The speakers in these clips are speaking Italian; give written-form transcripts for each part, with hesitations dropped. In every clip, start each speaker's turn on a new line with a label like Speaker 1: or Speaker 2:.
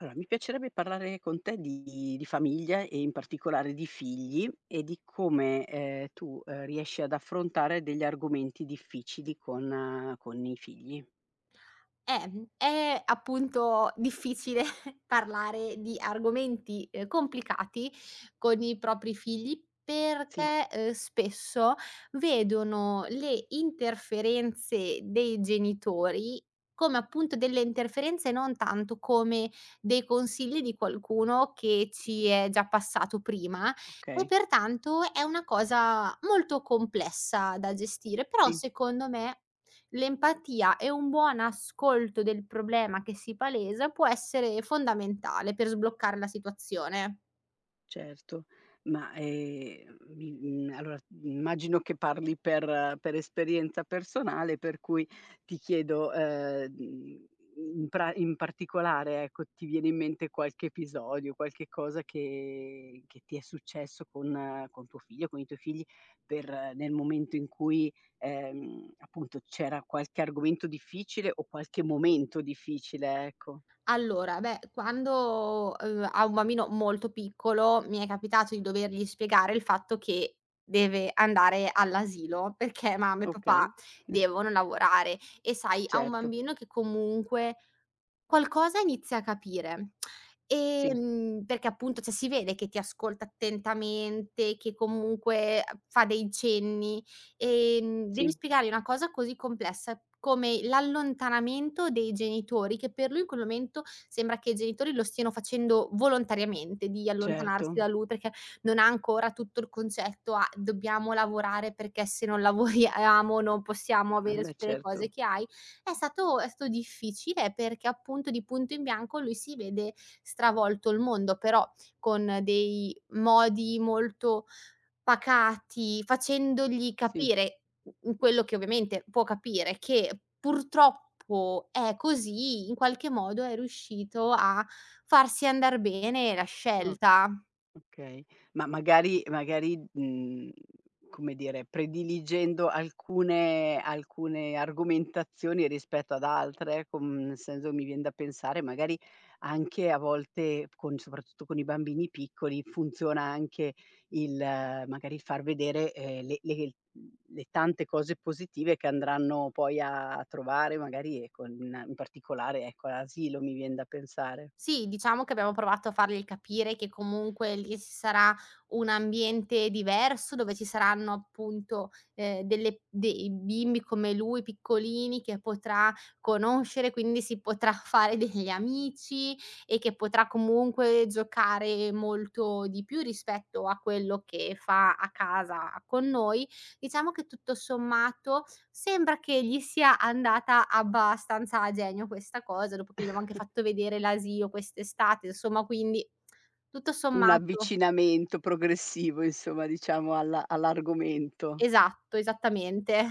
Speaker 1: Allora, mi piacerebbe parlare con te di famiglia e in particolare di figli e di come, tu, riesci ad affrontare degli argomenti difficili con i figli.
Speaker 2: Mhmm, è appunto difficile parlare di argomenti, complicati con i propri figli
Speaker 1: Sì,
Speaker 2: perché, spesso vedono le interferenze dei genitori come appunto delle interferenze, non tanto come dei consigli di qualcuno che ci è già passato prima e
Speaker 1: okay,
Speaker 2: pertanto è una cosa molto complessa da gestire, però
Speaker 1: sì.
Speaker 2: secondo me l'empatia e un buon ascolto del problema che si palesa può essere fondamentale per sbloccare la situazione.
Speaker 1: Certo, ma, allora immagino che parli per esperienza personale, per cui ti chiedo, in particolare, ecco, ti viene in mente qualche episodio, qualche cosa che ti è successo con tuo figlio, con i tuoi figli, per nel momento in cui, appunto c'era qualche argomento difficile o qualche momento difficile, ecco.
Speaker 2: Allora, beh, quando, a un bambino molto piccolo mi è capitato di dovergli spiegare il fatto che deve andare all'asilo perché mamma e
Speaker 1: Okay.
Speaker 2: papà devono lavorare e sai, a un
Speaker 1: Certo,
Speaker 2: bambino che comunque qualcosa inizi a capire.
Speaker 1: sì,
Speaker 2: Perché appunto, cioè si vede che ti ascolta attentamente, che comunque a fa dei cenni. Devi
Speaker 1: sì.
Speaker 2: spiegare una cosa così complessa come l'allontanamento dei genitori, che per lui in quel momento sembra che i genitori lo stiano facendo volontariamente, di
Speaker 1: Certo,
Speaker 2: allontanarsi da lui, perché non ha ancora tutto il concetto a: "Dobbiamo lavorare perché se non lavoriamo non possiamo
Speaker 1: eh
Speaker 2: avere
Speaker 1: beh
Speaker 2: tutte le
Speaker 1: certo,
Speaker 2: cose che hai". È stato difficile perché appunto di punto in bianco lui si vede stravolto il mondo, però con dei modi molto pacati, facendogli
Speaker 1: sì,
Speaker 2: capire, quello che ovviamente può capire, che purtroppo è così, in qualche modo è riuscito a farsi andar bene la
Speaker 1: o
Speaker 2: scelta.
Speaker 1: okay, ma magari, come dire, prediligendo alcune argomentazioni rispetto ad altre, ecco, nel senso mi vien da pensare magari anche a volte con soprattutto con i bambini piccoli, funziona anche il magari far vedere, le tante cose positive che andranno poi a trovare magari, ecco, in particolare, ecco, all'asilo, mi vien da pensare.
Speaker 2: Sì, diciamo che abbiamo provato a fargli capire che comunque lì ci sarà un ambiente diverso, dove ci saranno appunto, delle dei bimbi come lui, piccolini, che potrà conoscere, quindi si potrà fare degli amici e che potrà comunque giocare molto di più rispetto a quello che fa a casa con noi. Diciamo che tutto sommato sembra che gli sia andata abbastanza a genio questa cosa, dopo che gli avevo anche fatto vedere l'asilo quest'estate, insomma quindi tutto
Speaker 1: Un
Speaker 2: sommato
Speaker 1: avvicinamento progressivo insomma, diciamo alla all'argomento.
Speaker 2: esatto, esattamente.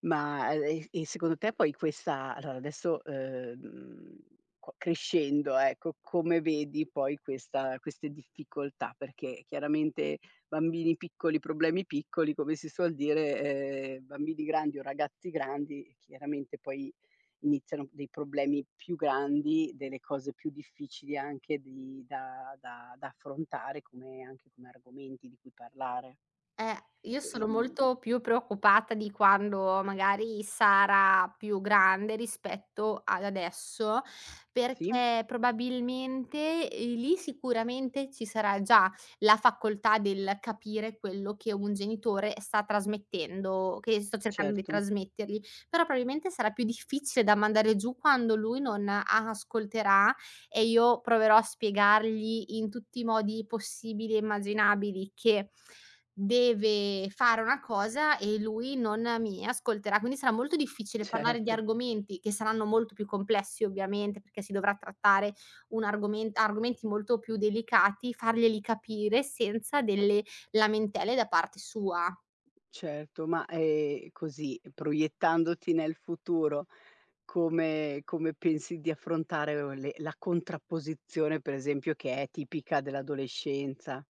Speaker 1: Ma, e secondo te poi questa allora adesso, co crescendo ecco, come vedi poi questa queste difficoltà? Perché chiaramente bambini piccoli, problemi piccoli, come si suol dire, bambini grandi o ragazzi grandi, chiaramente poi iniziano dei problemi più grandi, delle cose più difficili anche di da affrontare come anche come argomenti di cui parlare.
Speaker 2: Eh, io sono
Speaker 1: Ehm
Speaker 2: molto più preoccupata di quando magari sarà più grande rispetto ad adesso,
Speaker 1: sì,
Speaker 2: perché probabilmente, lì sicuramente ci sarà già la facoltà del capire quello che un genitore sta trasmettendo, che sto cercando di
Speaker 1: certo,
Speaker 2: trasmettergli, però probabilmente sarà più difficile da mandare giù quando lui non ascolterà e io proverò a spiegargli in tutti i modi possibili e immaginabili che deve fare una cosa e lui non mi ascolterà. Quindi sarà molto difficile parlare di
Speaker 1: certo,
Speaker 2: argomenti che saranno molto più complessi ovviamente, perché si dovrà trattare un argomen argomenti molto più delicati, farglieli capire senza delle lamentele da parte sua.
Speaker 1: certo, ma, così proiettandoti nel futuro, come pensi di affrontare o le la contrapposizione, per esempio, che è tipica dell'adolescenza?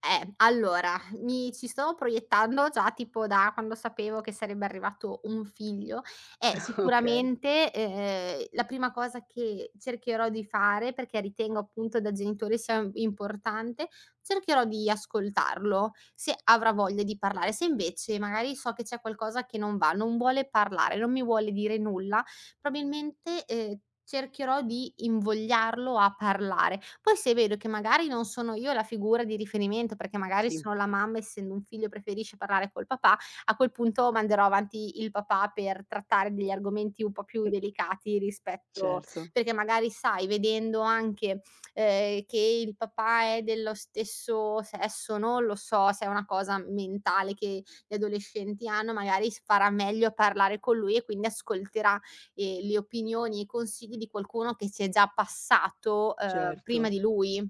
Speaker 2: Allora, mi ci sto proiettando già tipo da quando sapevo che sarebbe arrivato un figlio e
Speaker 1: Okay,
Speaker 2: sicuramente, la prima cosa che cercherò di fare, perché ritengo appunto da genitore sia importante, cercherò di ascoltarlo, se avrà voglia di parlare. Se invece magari so che c'è qualcosa che non va, non vuole parlare, non mi vuole dire nulla, probabilmente, cercherò di invogliarlo a parlare. Poi se vedo che magari non sono io la figura di riferimento, perché magari
Speaker 1: sì,
Speaker 2: sono la mamma, essendo un figlio preferisce parlare col papà, a quel punto manderò avanti il papà per trattare degli argomenti un po' più
Speaker 1: mh,
Speaker 2: delicati rispetto
Speaker 1: certo,
Speaker 2: perché magari sai, vedendo anche, che il papà è dello stesso sesso, non lo so se è una cosa mentale che gli adolescenti hanno, magari s farà meglio a parlare con lui e quindi ascolterà le opinioni e i consigli di qualcuno che ci è già passato,
Speaker 1: certo.
Speaker 2: prima di lui.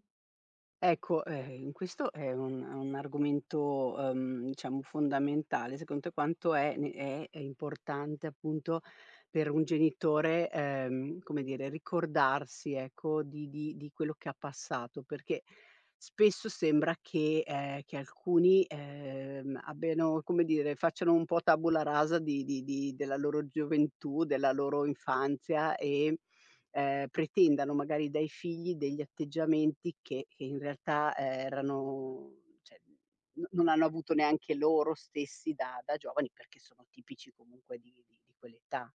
Speaker 1: Ecco, questo è un argomento, diciamo fondamentale. Secondo te quanto è ne è importante appunto per un genitore, come dire, ricordarsi ecco di quello che ha passato, perché spesso sembra che alcuni, abbiano come dire, facciano un po' tabula rasa di della loro gioventù, della loro infanzia e pretendano magari dai figli degli atteggiamenti che in realtà erano cioè, no non hanno avuto neanche loro stessi da giovani, perché sono tipici comunque di quell'età.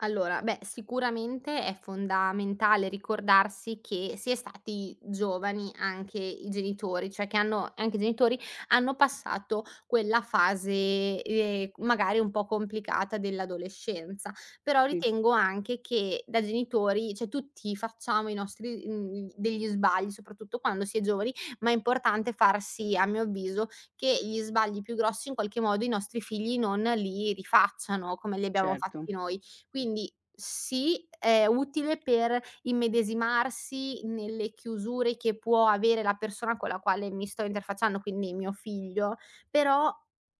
Speaker 2: Allora, beh, sicuramente è fondamentale ricordarsi che si è stati giovani anche i genitori, cioè che hanno anche i genitori hanno passato quella fase, magari un po' complicata dell'adolescenza. Però
Speaker 1: Sì,
Speaker 2: ritengo anche che da genitori, cioè tutti facciamo i nostri degli sbagli, soprattutto quando si è giovani, ma è importante farsi, a mio avviso, che gli sbagli più grossi in qualche modo i nostri figli non li rifacciano come li abbiamo
Speaker 1: certo,
Speaker 2: fatti noi. Quindi sì, è utile per immedesimarsi nelle chiusure che può avere la persona con la quale mi sto interfacciando, quindi mio figlio, però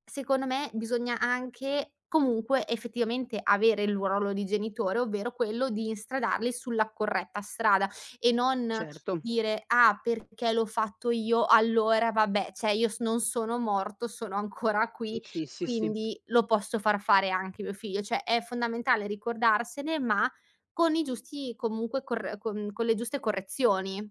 Speaker 2: secondo me bisogna anche comunque effettivamente avere il ruolo di genitore, ovvero quello di instradarli sulla corretta strada e non
Speaker 1: certo.
Speaker 2: dire: "Ah, perché l'ho fatto io, allora vabbè, cioè io s non sono morto, sono ancora qui".
Speaker 1: Sì, sì, sì.
Speaker 2: Quindi lo posso far fare anche a mio figlio, cioè è fondamentale ricordarsene, ma con i giusti comunque cor con le giuste correzioni.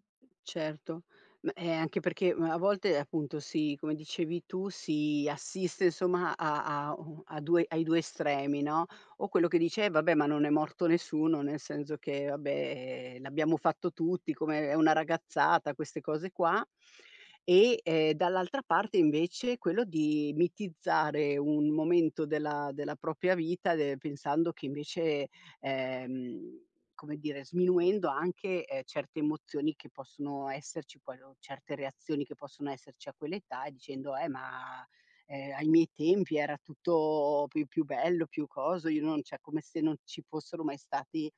Speaker 1: Certo, ma anche perché, a volte appunto si come dicevi tu, si assiste insomma a 2 ai 2 estremi, no, o quello che dice: "Eh vabbè, ma non è morto nessuno, nel senso che vabbè, l'abbiamo fatto tutti, come è una ragazzata", queste cose qua. E, dall'altra parte invece quello di mitizzare un momento della propria vita de pensando che invece, ehm come dire, sminuendo anche, certe emozioni che possono esserci poi o certe reazioni che possono esserci a quell'età e dicendo: ma, ai miei tempi era tutto più bello, più coso, io non" cioè come se non ci fossero mai stati,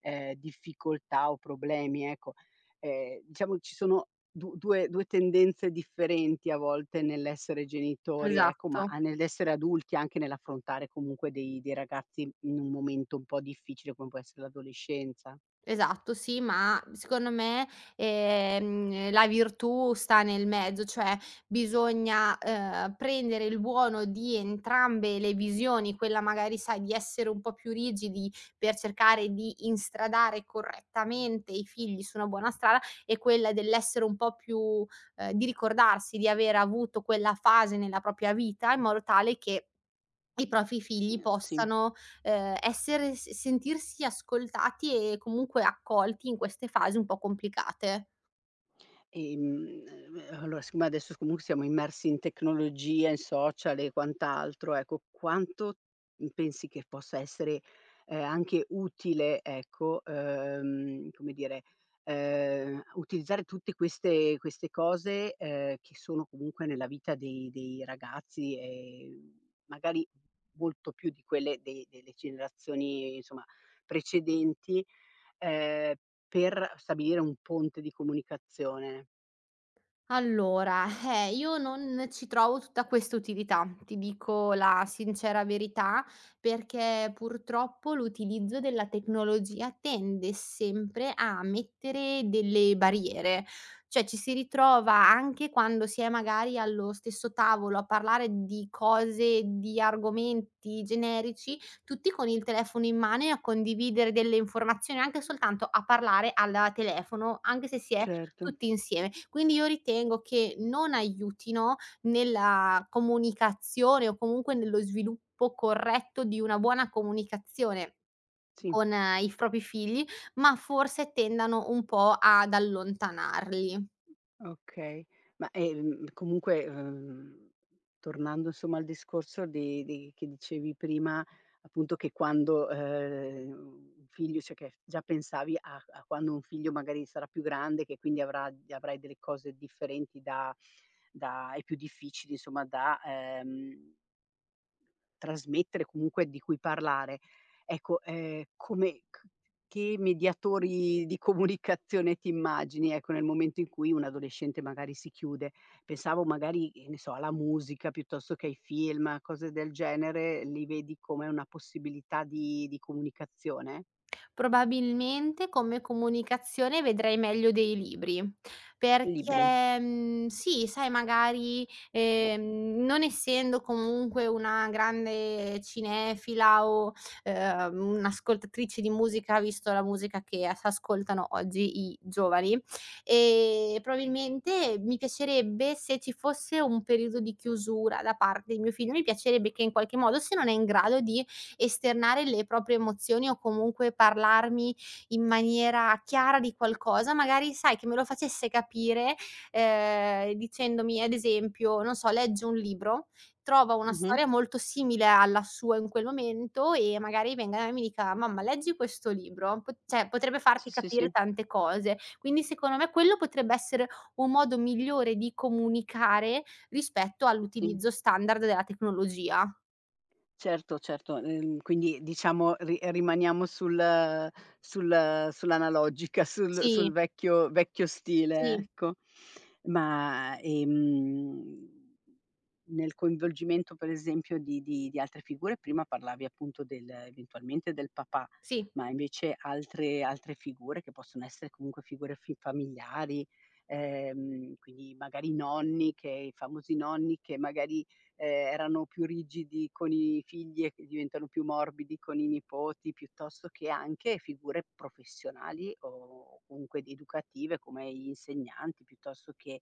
Speaker 1: difficoltà o problemi, ecco. Diciamo ci sono du due due tendenze differenti a volte nell'essere genitori, ecco, ma
Speaker 2: Esatto.
Speaker 1: a nell'essere adulti, anche nell'affrontare comunque dei dei ragazzi in un momento un po' difficile come può essere l'adolescenza.
Speaker 2: Esatto, sì, ma secondo me, la virtù sta nel mezzo, cioè bisogna, prendere il buono di entrambe le visioni, quella magari, sai, di essere un po' più rigidi per cercare di instradare correttamente i figli su una buona strada e quella dell'essere un po' più di ricordarsi di aver avuto quella fase nella propria vita in modo tale che i propri figli
Speaker 1: Sì.
Speaker 2: possano, essere s sentirsi ascoltati e comunque accolti in queste fasi un po' complicate.
Speaker 1: Allora siccome adesso comunque siamo immersi in tecnologia, in social e quant'altro, ecco, quanto, pensi che possa essere, anche utile, ecco, come dire, utilizzare tutte queste cose, che sono comunque nella vita dei ragazzi e magari molto più di quelle de delle generazioni, insomma, precedenti, ehm per stabilire un ponte di comunicazione.
Speaker 2: Allora, io non ci trovo tutta questa utilità, ti dico la sincera verità, perché purtroppo l'utilizzo della tecnologia tende sempre a mettere delle barriere, cioè ci si ritrova anche quando si è magari allo stesso tavolo a parlare di cose, di argomenti generici, tutti con il telefono in mano e a condividere delle informazioni, anche soltanto a parlare al telefono, anche se si è
Speaker 1: Certo,
Speaker 2: tutti insieme. Quindi io ritengo che non aiutino nella comunicazione o comunque nello sviluppo corretto di una buona comunicazione
Speaker 1: sì.
Speaker 2: con i propri figli, ma forse tendano un po' ad allontanarli.
Speaker 1: Okay, ma, comunque, tornando insomma al discorso di che dicevi prima, appunto che quando, un figlio cioè che già pensavi a a quando un figlio magari sarà più grande, che quindi avrà avrai delle cose differenti da e più difficili insomma da, trasmettere, comunque di cui parlare. Ecco, come c che mediatori di comunicazione ti immagini, ecco, nel momento in cui un adolescente magari si chiude? Pensavo magari, che ne so, alla musica piuttosto che ai film, a cose del genere, li vedi come una possibilità di comunicazione?
Speaker 2: Probabilmente come comunicazione vedrei meglio dei libri,
Speaker 1: Libri.
Speaker 2: perché, sì, sai magari, non essendo comunque una grande cinefila o, un'ascoltatrice di musica, visto la musica che a ascoltano oggi i giovani, probabilmente mi piacerebbe se ci fosse un periodo di chiusura da parte di mio figlio, mi piacerebbe che in qualche modo, se non è in grado di esternare le proprie emozioni o comunque parlarmi in maniera chiara di qualcosa, magari sai che me lo facesse capire, dicendomi ad esempio, non so, legge un libro, trova una
Speaker 1: Mh-mh.
Speaker 2: storia molto simile alla sua in quel momento e magari venga da me e mi dica: "Mamma leggi questo libro", pot cioè potrebbe farti
Speaker 1: Sì, sì,
Speaker 2: capire
Speaker 1: sì,
Speaker 2: tante cose. Quindi secondo me quello potrebbe essere un modo migliore di comunicare rispetto
Speaker 1: sì.
Speaker 2: all'utilizzo standard della tecnologia.
Speaker 1: Certo, certo. Quindi diciamo ri rimaniamo sull'analogica, sul
Speaker 2: Sì,
Speaker 1: vecchio stile,
Speaker 2: sì,
Speaker 1: ecco. Ma, nel coinvolgimento per esempio di altre figure, prima parlavi appunto del eventualmente del papà,
Speaker 2: sì.
Speaker 1: ma invece altre figure che possono essere comunque figure fi familiari, quindi magari i nonni che i famosi nonni che magari erano più rigidi con i figli e che diventano più morbidi con i nipoti, piuttosto che anche figure professionali o comunque di educative come gli insegnanti, piuttosto che,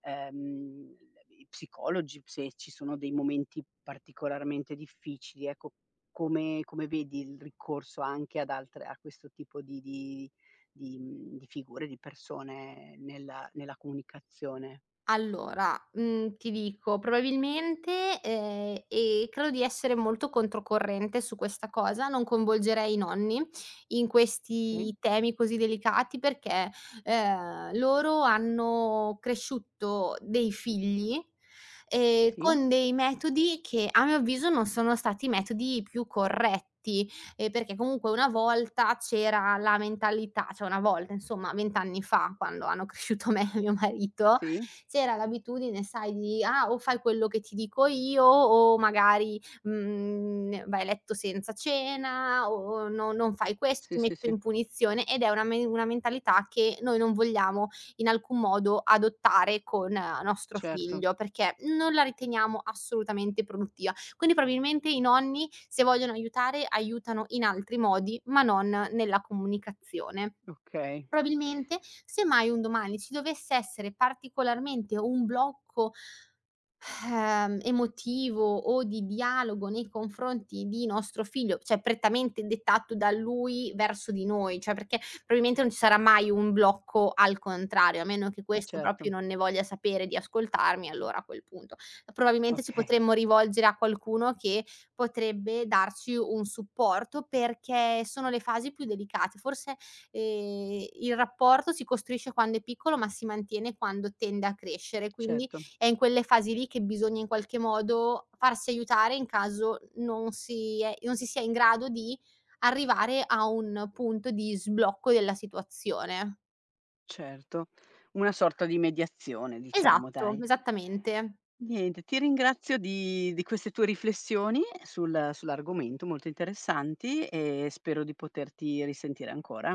Speaker 1: ehm, i psicologi, se ci sono dei momenti particolarmente difficili, ecco, come vedi il ricorso anche ad altre a questo tipo di di figure, di persone nella comunicazione?
Speaker 2: Allora, ti dico, probabilmente, e credo di essere molto controcorrente su questa cosa, non coinvolgerei i nonni in
Speaker 1: Okay,
Speaker 2: questi temi così delicati perché, loro hanno cresciuto dei figli,
Speaker 1: sì,
Speaker 2: con dei metodi che a mio avviso non sono stati i metodi più corretti, perché comunque una volta c'era la mentalità cioè una volta insomma 20 anni fa, quando hanno cresciuto me e mio marito,
Speaker 1: sì,
Speaker 2: c'era l'abitudine, sai, di: "Ah, o fai quello che ti dico io o magari, mhmm, vai a letto senza cena o no non fai questo, ti
Speaker 1: sì, sì.
Speaker 2: metto
Speaker 1: Sì.
Speaker 2: in punizione". Ed è una mentalità che noi non vogliamo in alcun modo adottare con nostro
Speaker 1: Certo,
Speaker 2: figlio, perché non la riteniamo assolutamente produttiva. Quindi probabilmente i nonni, se vogliono aiutare, aiutano in altri modi, ma non nella comunicazione.
Speaker 1: okay.
Speaker 2: Probabilmente, se mai un domani ci dovesse essere particolarmente un blocco, emotivo o di dialogo nei confronti di nostro figlio, cioè prettamente dettato da lui verso di noi, cioè perché probabilmente non ci sarà mai un blocco al contrario, a meno che questo
Speaker 1: Certo,
Speaker 2: proprio non ne voglia sapere di ascoltarmi, allora a quel punto. Probabilmente ci
Speaker 1: okay,
Speaker 2: potremmo rivolgere a qualcuno che potrebbe darci un supporto perché sono le fasi più delicate. Forse, il rapporto si costruisce quando è piccolo, ma si mantiene quando tende a crescere, quindi
Speaker 1: certo,
Speaker 2: è in quelle fasi lì che bisogna in qualche modo farsi aiutare in caso non si sia in grado di arrivare a un punto di sblocco della situazione.
Speaker 1: certo. Una sorta di mediazione diciamo
Speaker 2: Esatto,
Speaker 1: dai.
Speaker 2: esattamente.
Speaker 1: Niente, ti ringrazio di queste tue riflessioni sull'argomento, molto interessanti e spero di poterti risentire ancora.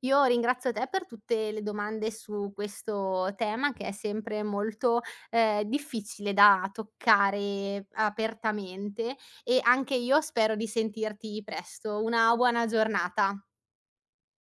Speaker 2: Io ringrazio te per tutte le domande su questo tema che è sempre molto, difficile da toccare apertamente e anche io spero di sentirti presto. Una buona giornata.